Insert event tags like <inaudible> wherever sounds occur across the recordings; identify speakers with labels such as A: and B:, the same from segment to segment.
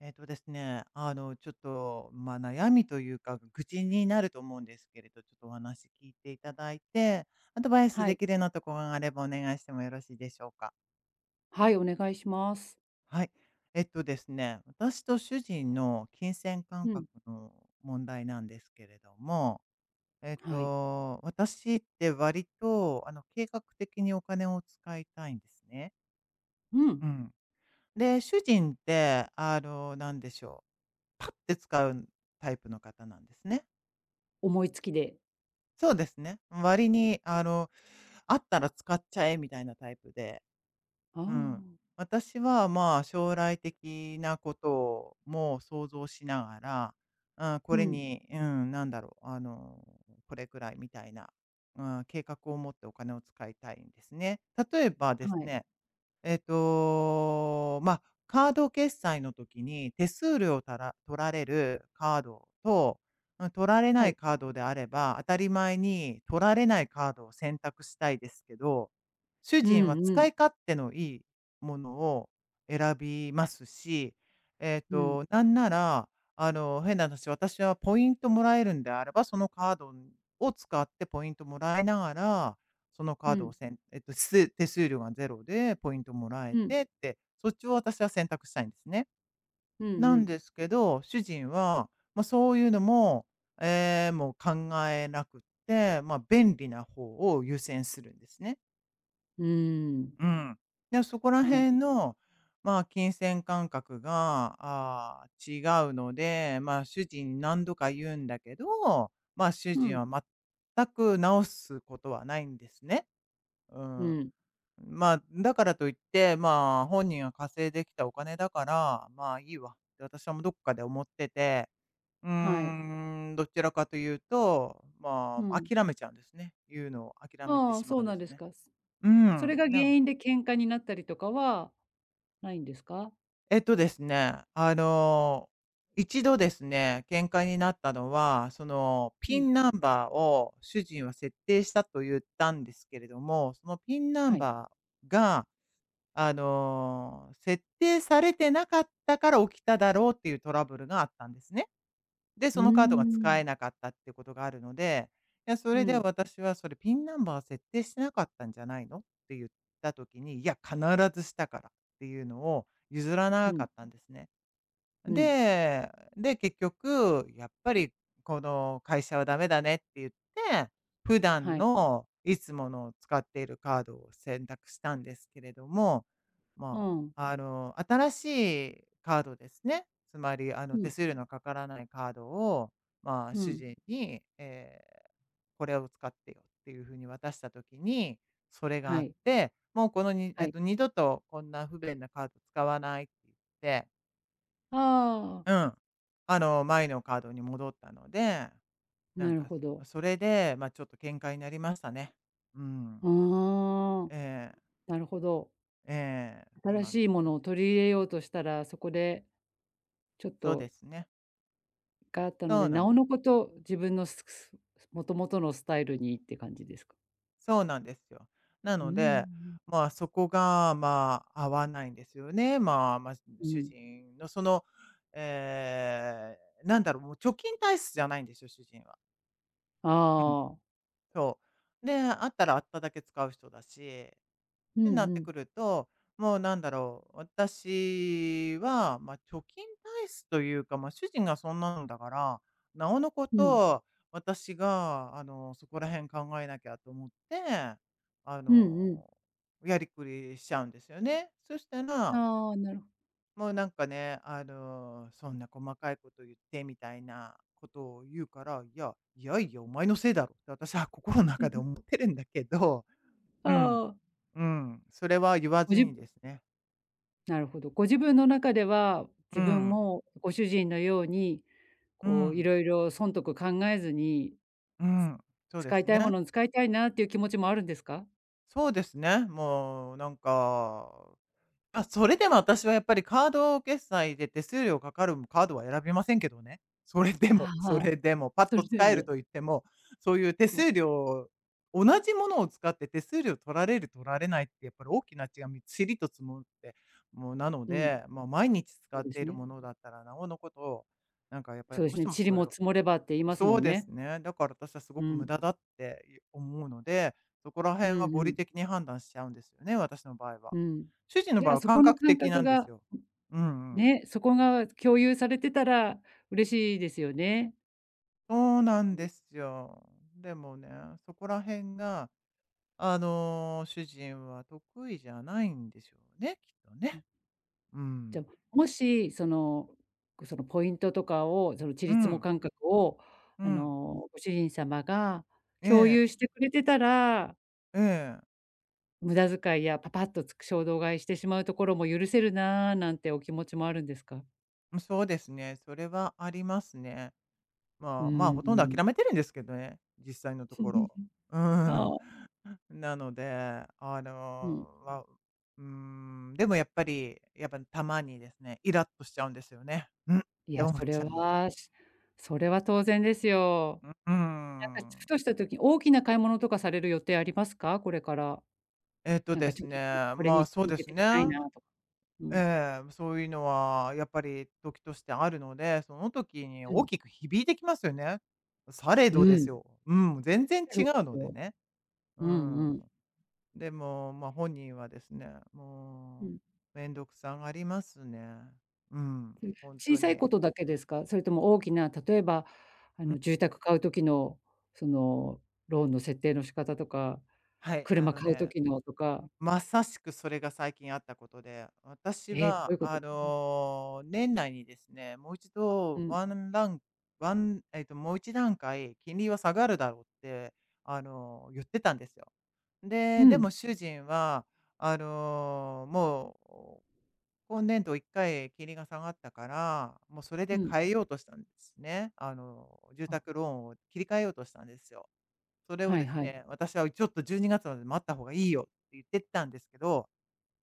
A: えっとですね、あの、ちょっと、まあ、悩みというか、愚痴になると思うんですけれど、ちょっとお話聞いていただいて、アドバイス
B: は
A: で
B: い。
A: きるようなところがあればお願いしてもよろしいでしょうか。
B: はい、お願いします。
A: はい。えっとですね、私と主人の金銭感
B: う
A: 覚
B: ん、
A: の問題なんですけれども、
B: はい。
A: 私って割と、計画的にお金を使いたいんですね。
B: うん、
A: うん。で、主人って、なんでしょう。パッて使うタイプの方なんですね。
B: 思いつきで。
A: そうですね。割に、あったら使っちゃえみたいなタイプで、
B: あ
A: うん。
B: あ、
A: 私は、まあ、将来的なことも想像しながら、うんこ
B: う
A: れ
B: ん、
A: に、うん、なんだろう、あの、これくらいみたいな、うん、計画を持ってお金を使いたいんですね。例えばです
B: はい、
A: ねまあ、カード決済の時に手数料をたら取られるカードと、うん、取られ
B: は
A: ない
B: い。
A: カードであれば、当たり前に取られないカードを選択したいですけど、主
B: う
A: 人は
B: んう
A: 使
B: ん、
A: い勝手のいいものを選びますし、
B: うん、
A: なんなら、変な話、私はポイントもらえるんであれば、そのカードを使ってポイントもらいながらそのカ
B: う
A: ードを
B: ん、
A: せんえっと、す手数料がゼロでポイントもらえ
B: うん、
A: てって、そっちを私は選択したいんですね。
B: うん、
A: な
B: う
A: ん
B: ん、
A: ですけど、主人は、まあ、そういうのも、ええ、もう考えなくって、まあ、便利な方を優先するんですね。
B: うーん、
A: うん。で、そこら
B: なる
A: 辺
B: ほど。
A: の、まあ、金銭感覚が、違うので、まあ、主人に何度か言うんだけど、まあ、主
B: う
A: 人
B: ん、
A: は全く直すことはないんですね。う
B: う
A: ん。
B: ん、
A: まあ、だからといって、まあ、本人が稼いできたお金だから、まあいいわって私はもうどっかで思ってて、
B: はい、
A: どちらかというと、
B: う
A: まあ、
B: ん。
A: 諦めちゃうんですね。言うのを諦めて
B: ああ、
A: しま
B: そ
A: う
B: う
A: んで
B: なん
A: す
B: です
A: ね。
B: か。
A: う
B: それ
A: ん。
B: が原
A: なんか
B: 因で喧嘩になったりとかはないんですか？
A: えっとですね、あの、一度ですね、喧嘩になったのは、その、
B: う
A: ピ
B: ん、
A: ンナンバーを主人は設定したと言ったんですけれども、そのピンナン
B: はい。
A: バーが設定されてなかったから起きただろうっていうトラブルがあったんですね。で、
B: う
A: そ
B: ー
A: のカードが使
B: ん、
A: えなかったっていうことがあるので、いや、そ
B: う
A: れで
B: ん、
A: 私はそれピンナンバー設定してなかったんじゃないのって言った時に、いや、必ずしたからっていうのを譲らな
B: う
A: か
B: ん、
A: ったんですね。
B: うん、
A: で、で、結局、やっぱりこの会社はダメだねって言って、普段
B: はい。
A: のいつもの使っているカードを選択したんですけれども、
B: う
A: ま
B: ん、
A: あ、新しいカードですね。つまり、
B: う
A: 手
B: ん、
A: 数料のかからないカードを、まあ、
B: う
A: 主
B: ん、
A: 人に、これを使ってよっていうふうに渡したときに、それがあ
B: は
A: っ
B: い、
A: て、もうこのに、え
B: は
A: っ
B: い。
A: と、二度とこんな不便なカード使わないって言って、
B: ああ、
A: うん。前のカードに戻ったので、な
B: な
A: ん
B: る
A: か、
B: ほど。
A: それで、まあ、ちょっと喧嘩になりましたね。うん。
B: ああ。
A: ええ、
B: なるほど。
A: ええ、そう
B: 新
A: なん
B: しい
A: で
B: も
A: す。
B: のを取り入れようとしたら、そこでちょっ
A: そうで
B: と
A: すね。
B: があったの
A: そう
B: で、
A: な
B: な
A: ん
B: お
A: で
B: の
A: す。
B: こと、自分のすすもともとのスタイルにって感じですか？
A: そうなんですよ。な
B: う
A: ので、
B: ん。
A: まあ、そこが、まあ、合わないんですよね。まあ、まあ、
B: う
A: 主
B: ん。
A: 人のその、えもう貯金体質じゃないんですよ、主人は。
B: あ
A: うん。
B: あ。
A: そう。で、あったらあっただけ使う人だし、
B: う
A: ってな
B: ん
A: っ
B: う
A: て
B: ん。
A: くると、もうなんだろう、私は、まあ、貯金体質というか、まあ、主人がそんなんだから、なおのこ
B: うん。
A: と、私がそこら辺考えなきゃと思って、あ
B: うんうん。
A: の、やりくりしちゃうんですよね。そしたら
B: ああ、なるほど。
A: もうなんかね、そんな細かいこと言ってみたいなことを言うから、お前のせいだろって私は心の中で思っ
B: <laughs>
A: てるんだけど、
B: あ
A: うん、
B: あ。
A: うん、それは言わ
B: ご
A: ず
B: じ
A: にですね。
B: なるほど。ご自分の中では、
A: う
B: 自分
A: ん、
B: もご主人のように、
A: う
B: こうい
A: ん、
B: ろいろ損得考えずに、
A: う
B: つ
A: ん、そうで
B: 使い
A: す
B: たいも
A: ね。
B: のに使いたいなっていう気持ちもあるんですか？
A: そうですね。もうなんかあ、それでも私はやっぱりカード決済で手数料かかるカードは選びませんけどね。それでも、
B: あ
A: <laughs> そ
B: あ、
A: れでも、パッ
B: そ
A: と
B: れで
A: 使える
B: も。
A: と言っても、そういう手数料同じものを使って手数料取られる取られないってやっぱり大きな違いみちりと積もって、もうなの
B: うん、
A: で、まあ、毎日使
B: そう
A: っ
B: で
A: て
B: す
A: いる
B: ね。
A: ものだったらなおのこと、なんかやっぱり
B: そう
A: ど
B: で
A: う
B: す
A: し
B: ね。
A: ても
B: 塵
A: それ
B: も
A: を
B: 積もればって言います
A: そ
B: も
A: う
B: ん
A: です
B: ね。
A: ね。だから私はすご
B: う
A: く無
B: ん。
A: 駄だってい思うので、そこら
B: う
A: 辺は
B: んう
A: 合理
B: ん。
A: 的に判断しちゃうんですよね、私の場合は。
B: うん。
A: 主人の
B: い
A: 場合
B: や、
A: は
B: そ
A: 感
B: この
A: 覚
B: 感
A: 的な
B: 覚
A: んです
B: が、
A: よ。うんうん。
B: ね、そこが共有されてたら嬉しいですよね。
A: そうなんですよ。でもね、そこら辺が、主人は得意じゃないんでしょうね、きっと
B: う
A: ね。
B: ん。
A: う
B: じゃ
A: ん。
B: あ、もし、その、そのポイントとかを、その
A: う
B: 塵積も
A: ん。
B: 感覚を、
A: う
B: あ
A: ん。
B: の、ご主人様が
A: え
B: 共
A: え。
B: 有してくれてたら、
A: ええ。
B: 無駄遣いやパパッとつく衝動買いしてしまうところも許せるな、なんてお気持ちもあるんですか？
A: うんそうですね。それはありますね。
B: う
A: まあまあ、
B: ん
A: ほ
B: う
A: とんど
B: ん。
A: 諦めてるんですけどね、実際のところ。
B: <laughs>
A: う
B: あ
A: ん。
B: あ、
A: なので、あ
B: うん。
A: の、わうーん、でもやっぱり、やっぱたまにですね、イラッとしちゃうんですよね。「うん」っ
B: い
A: て
B: や、
A: 思っ
B: それ
A: ちゃうんです。
B: は、しそれは当然ですよ。
A: ううー
B: なんかふ
A: ん。
B: とした時、大きな買い物とかされる予定ありますか？これから。
A: えっと
B: なん
A: で
B: か
A: す
B: 貯
A: ね、
B: 金、これ
A: ま
B: に
A: あ、そう
B: 向
A: で
B: け
A: す
B: て
A: ね。
B: したいなとか。うん。
A: ええ、そういうのはやっぱり時としてあるので、その時に
B: う
A: 大
B: ん。
A: きく響いてきますよね。され
B: う
A: どです
B: ん。
A: よ。うん、全然違
B: そうで
A: うの
B: す
A: で
B: よ。
A: ね。う
B: う
A: ん。
B: んうん。
A: でも、まあ、本人はですね、
B: う
A: も
B: ん。
A: うめんどくさがりますね。うん、本
B: 小
A: 当
B: さい
A: に。
B: ことだけですか？それとも大きな、例えば、あ
A: うん、
B: の、住宅買う時の、その、ローンの設定の仕方とか、
A: はい、あ
B: 車
A: の
B: 買う
A: ね、
B: 時のとか、
A: まさしくそれが最近あったことで、私
B: ええ、どうい
A: は
B: うこと、うん。
A: 年内にですね、もう一
B: う
A: 度
B: ん。
A: ワンランクワンえっと、もう一段階金利は下がるだろうって、言ってたんですよ。
B: う
A: で、で
B: ん。
A: も主人は、あの、もう、今年度1回金利が下がったから、もうそれ
B: う
A: で
B: ん。
A: 変えようとしたんですね。住
B: あ、
A: 宅ローンを切り替えようとしたんですよ。それを
B: はい
A: です
B: はい。
A: ね、私はちょっと12月まで待った方がいいよって言ってたんですけど、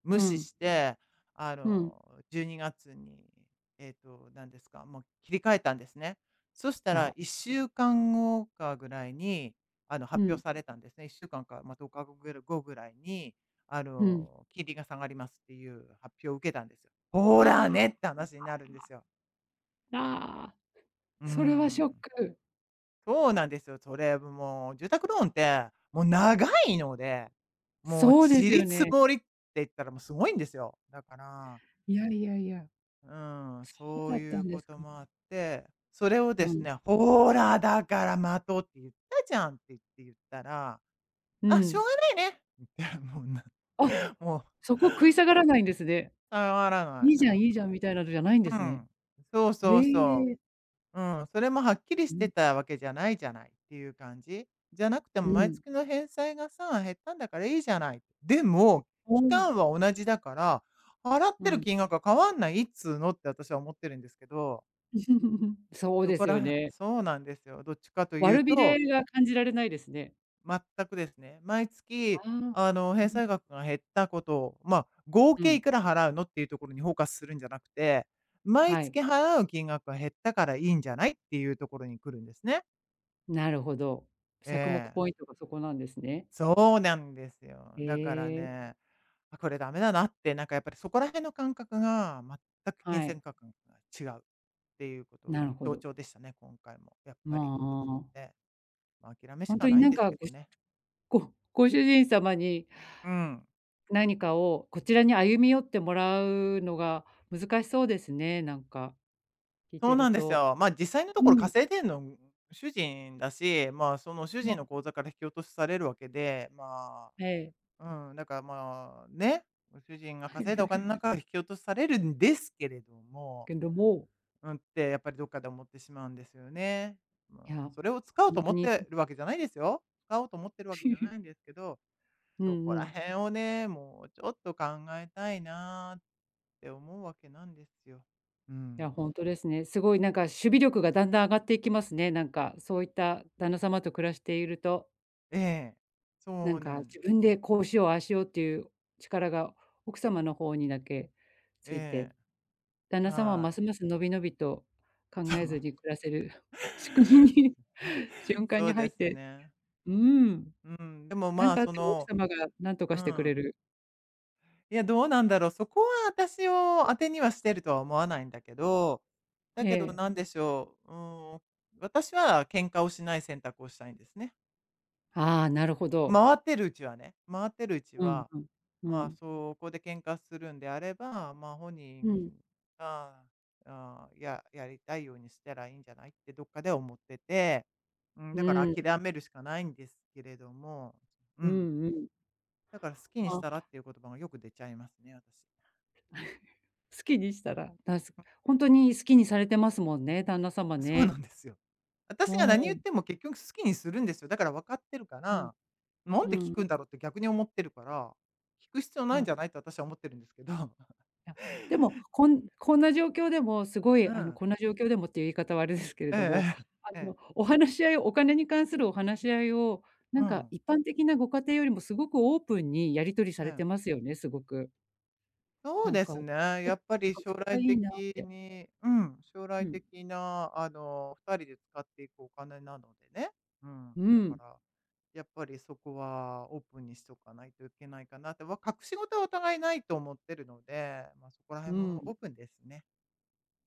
A: 無
B: う
A: 視
B: ん。
A: して、あ
B: うん。
A: の、12月にがつに、えっと、何ですか、もう切り替えたんですね。そしたら
B: あ、
A: 1週間後かんごかぐらいに、
B: う
A: 発表
B: ん、
A: されたんですね。1週間かんか、まあ、10日後ぐらいに、
B: うん。
A: 金利が下がりますっていう発表を受けたんですよ。ほら
B: あ
A: ねって話になるんですよ。
B: あ、ああ、
A: う
B: それはショッ
A: ん。
B: ク。
A: そうなんですよ。それもう住宅ローンって、もう長いので、もう
B: そうで
A: 散
B: すよ
A: り積
B: ね。
A: もりって言ったらもうすごいんですよ。だから
B: いやいやいや。
A: うん、
B: そう
A: そう
B: だった
A: いう
B: んで
A: こ
B: す
A: と
B: か。
A: もあって、それをで
B: う
A: す
B: ん。
A: ね、「ほら、だから待とうって言ったじゃん」って言ったら、
B: う
A: 「あ、しょう
B: ん。
A: がないね」って、もうな
B: あ、
A: <laughs> もう、
B: そこ食い下がらないんですね。
A: 触らな
B: い
A: い、
B: い
A: な
B: じゃん
A: ん
B: いいじゃ
A: か。
B: んみたいなのじゃないんで
A: う
B: すね。
A: ん。そう
B: へ
A: そうそ
B: え。
A: う。うん、それもはっきりし
B: う
A: て
B: ん、
A: たわけじゃないじゃないっていう感じ。じゃなくても
B: う
A: 毎
B: ん。
A: 月の返済がさ、減ったんだからいいじゃない。でも、
B: おお、
A: 期間は同じだから、払っ
B: う
A: てる
B: ん。
A: 金額は変わんないっつうのって私は思ってるんですけど。
B: <laughs> そう
A: そ
B: で
A: こ
B: す
A: ら
B: よ
A: へん <laughs>
B: ね。
A: そうなんですよ。どっちかという
B: 悪び
A: と、
B: れが感じられないですね。
A: 全くですね。毎
B: あ
A: 月、
B: あ。う
A: 返
B: ん、
A: 済額が減ったことを、まあ、合
B: う
A: 計い
B: ん。
A: くら払うのっていうところにフォーカスするんじゃなくて、毎
B: はい。
A: 月払う金額が減ったからいいんじゃないっていうところに来るんですね。
B: なるほど。
A: え
B: 着目
A: え。
B: ポイントがそこなんですね。
A: そうなんですよ。
B: へ
A: だから
B: え、
A: ね、あ、これダメだなって、なんかやっぱりそこら辺の感覚が全く金
B: はい、
A: 銭感覚が違うっていうことの
B: なるほ
A: 象
B: ど。
A: 徴でしたね、今回もやっぱりと思っ
B: もう、
A: て。まあ、諦めし
B: ほん
A: か
B: とに
A: ないん
B: なん
A: です
B: か、
A: け
B: ご
A: ど
B: し
A: ね。
B: ごご主人様に
A: うん。
B: 何かをこちらに歩み寄ってもらうのが難しそうですね、なんか聞い
A: そ
B: て
A: う
B: る
A: なんです
B: と。
A: よ。まあ、実際のところ
B: うん、
A: 稼いでんの、主人だし、まあ、その主
B: も
A: 人
B: う、
A: の口座から引き落としされるわけで、ま
B: ええ。
A: あ、うん、だからまあ、ね、主人が稼いだお金の
B: <laughs>
A: 中から引き落とされるんですけれども、
B: けども、
A: うんって、やっぱりどっかで思ってしまうんですよね。
B: い
A: まあ、
B: や、
A: それを使おう
B: ほん
A: と
B: と
A: 思っ
B: に
A: てるわけじゃないですよ。使おうと思ってるわけ
B: う
A: じゃないん
B: <laughs>
A: ですけど、
B: ん
A: そこ
B: う
A: ら
B: ん。
A: 辺をね、もうちょっと考えたいなーって思うわけなんですよ。う
B: い
A: ん。
B: や、ほんとですね。すごいなんか守備力がだんだん上がっていきますね。なんかそういった旦那様と暮らしていると、
A: ええ。
B: な
A: そ
B: ん
A: う
B: か
A: なん
B: 自
A: です。
B: 分でこうしよう、ああしようっていう力が奥様の方にだけつい
A: え
B: て、旦
A: え、
B: 那様は
A: は
B: ます
A: い。
B: ますのびのびと考
A: <laughs> そ
B: えず
A: う。<laughs>
B: に暮らせる <laughs> 仕組みに <laughs> 瞬間
A: そ
B: に
A: う
B: 入
A: で
B: っ
A: す
B: て、
A: ね。
B: うーん、
A: うん、でも、
B: なん
A: まあ、
B: かあっ
A: そ
B: ても奥
A: の
B: 様が何と
A: う
B: かしてく
A: ん。
B: れる。
A: いや、どうなんだろう、そこは私を当てにはしてるとは思わないんだけど、だ
B: え
A: けどなん
B: え。
A: でしょう、うん、私は喧嘩をしない選択をしたいんですね。
B: ああ、なるほど。
A: 回ってるうちはね、回ってるうち
B: うん
A: は、
B: うん。う
A: まあ、
B: ん。
A: そこで喧嘩するんであれば、まあ、本
B: う
A: 人
B: ん。
A: が、あーやりたいようにしたらいいんじゃないってどっかで思ってて、うん、
B: う
A: だから
B: ん
A: 諦めるしかないんですけれども、う
B: う
A: ん。
B: んうん。
A: だから好きに
B: ま
A: し
B: あ、
A: たらっていう言葉がよく出ちゃいますね、私。
B: 好きにしたら、本当に好きにされてますもんね、旦那様
A: <laughs> そうな
B: ね。
A: んですよ。私
B: う
A: が何言っ
B: ん、
A: ても結局好きにするんですよ。だから分かってるか
B: うん、
A: ら、なん
B: う
A: で聞
B: ん。
A: くんだろうって逆に思ってるから、聞く必要
B: い
A: ないん
B: や
A: じゃないって私は思ってるんですけど。う
B: いや、でも、こんな状況でもすごい、
A: ん。
B: あの、
A: <laughs>
B: こんな状況でもっていう言い方はあれですけれ
A: ええ
B: ども、
A: え
B: あ
A: え。え
B: の、
A: え。
B: お話し合いを、お金に関するお話し合いを、な
A: う
B: んか
A: ん。
B: 一般的なご家庭よりもすごくオープンにやり取りさ
A: う
B: れ
A: ん。
B: てますよね、すごく。
A: そう
B: なん
A: で
B: か、
A: す
B: だ
A: ね。
B: な
A: や
B: ん
A: っぱり
B: か
A: 将
B: そこが
A: 来
B: いい
A: 的
B: なって。
A: にうん、将来
B: うん。
A: 的な、2人で使っていくお金なのでね。うん。
B: う
A: だか
B: ん、
A: ら、やっぱりそこはオープンにしとかないといけないかなって、わ隠し事はお互いないと思ってるので、ま、そこら
B: う
A: 辺もオ
B: ん。
A: ープンですね。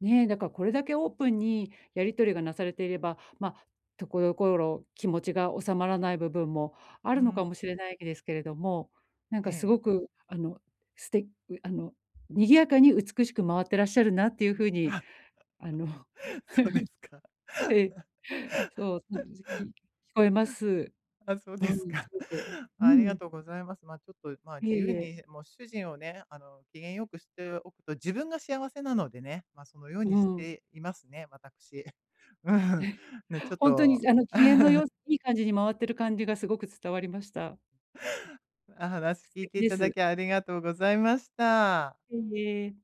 B: ねえ、だからこれだけオープンにやり取りがなされていれば、まあ、ところどころ気持ちが収まらない部分もあ
A: う
B: るのか
A: ん。
B: もしれないですけれども、なん
A: え
B: かす
A: え。
B: ごくあの、すてあの、賑やかに美しく回ってらっしゃるなっていうふうに、あの <laughs>
A: <laughs> そうですか。
B: ええ、そう、聞こえます。
A: <laughs> あ、そう
B: う
A: です
B: ん、
A: か。
B: すごく。
A: <laughs>
B: う
A: ありが
B: ん、
A: とうございます。まあ、ちょっと、まあ、
B: い
A: 自
B: えい
A: 由
B: え、
A: に、もう主人をね、機嫌よくしておくと、自分が幸せなのでね、まあ、そのように
B: う
A: し
B: ん。
A: ていますね、私。<laughs> うん。ね、ちょっ
B: ほんと
A: と
B: にあの機嫌の
A: <laughs>
B: い感じに回ってる感じがすごく伝わりました。
A: 話
B: 素
A: 聞いて
B: 敵
A: い
B: で
A: ただ
B: す。
A: きありがとうございました。
B: いえいえ。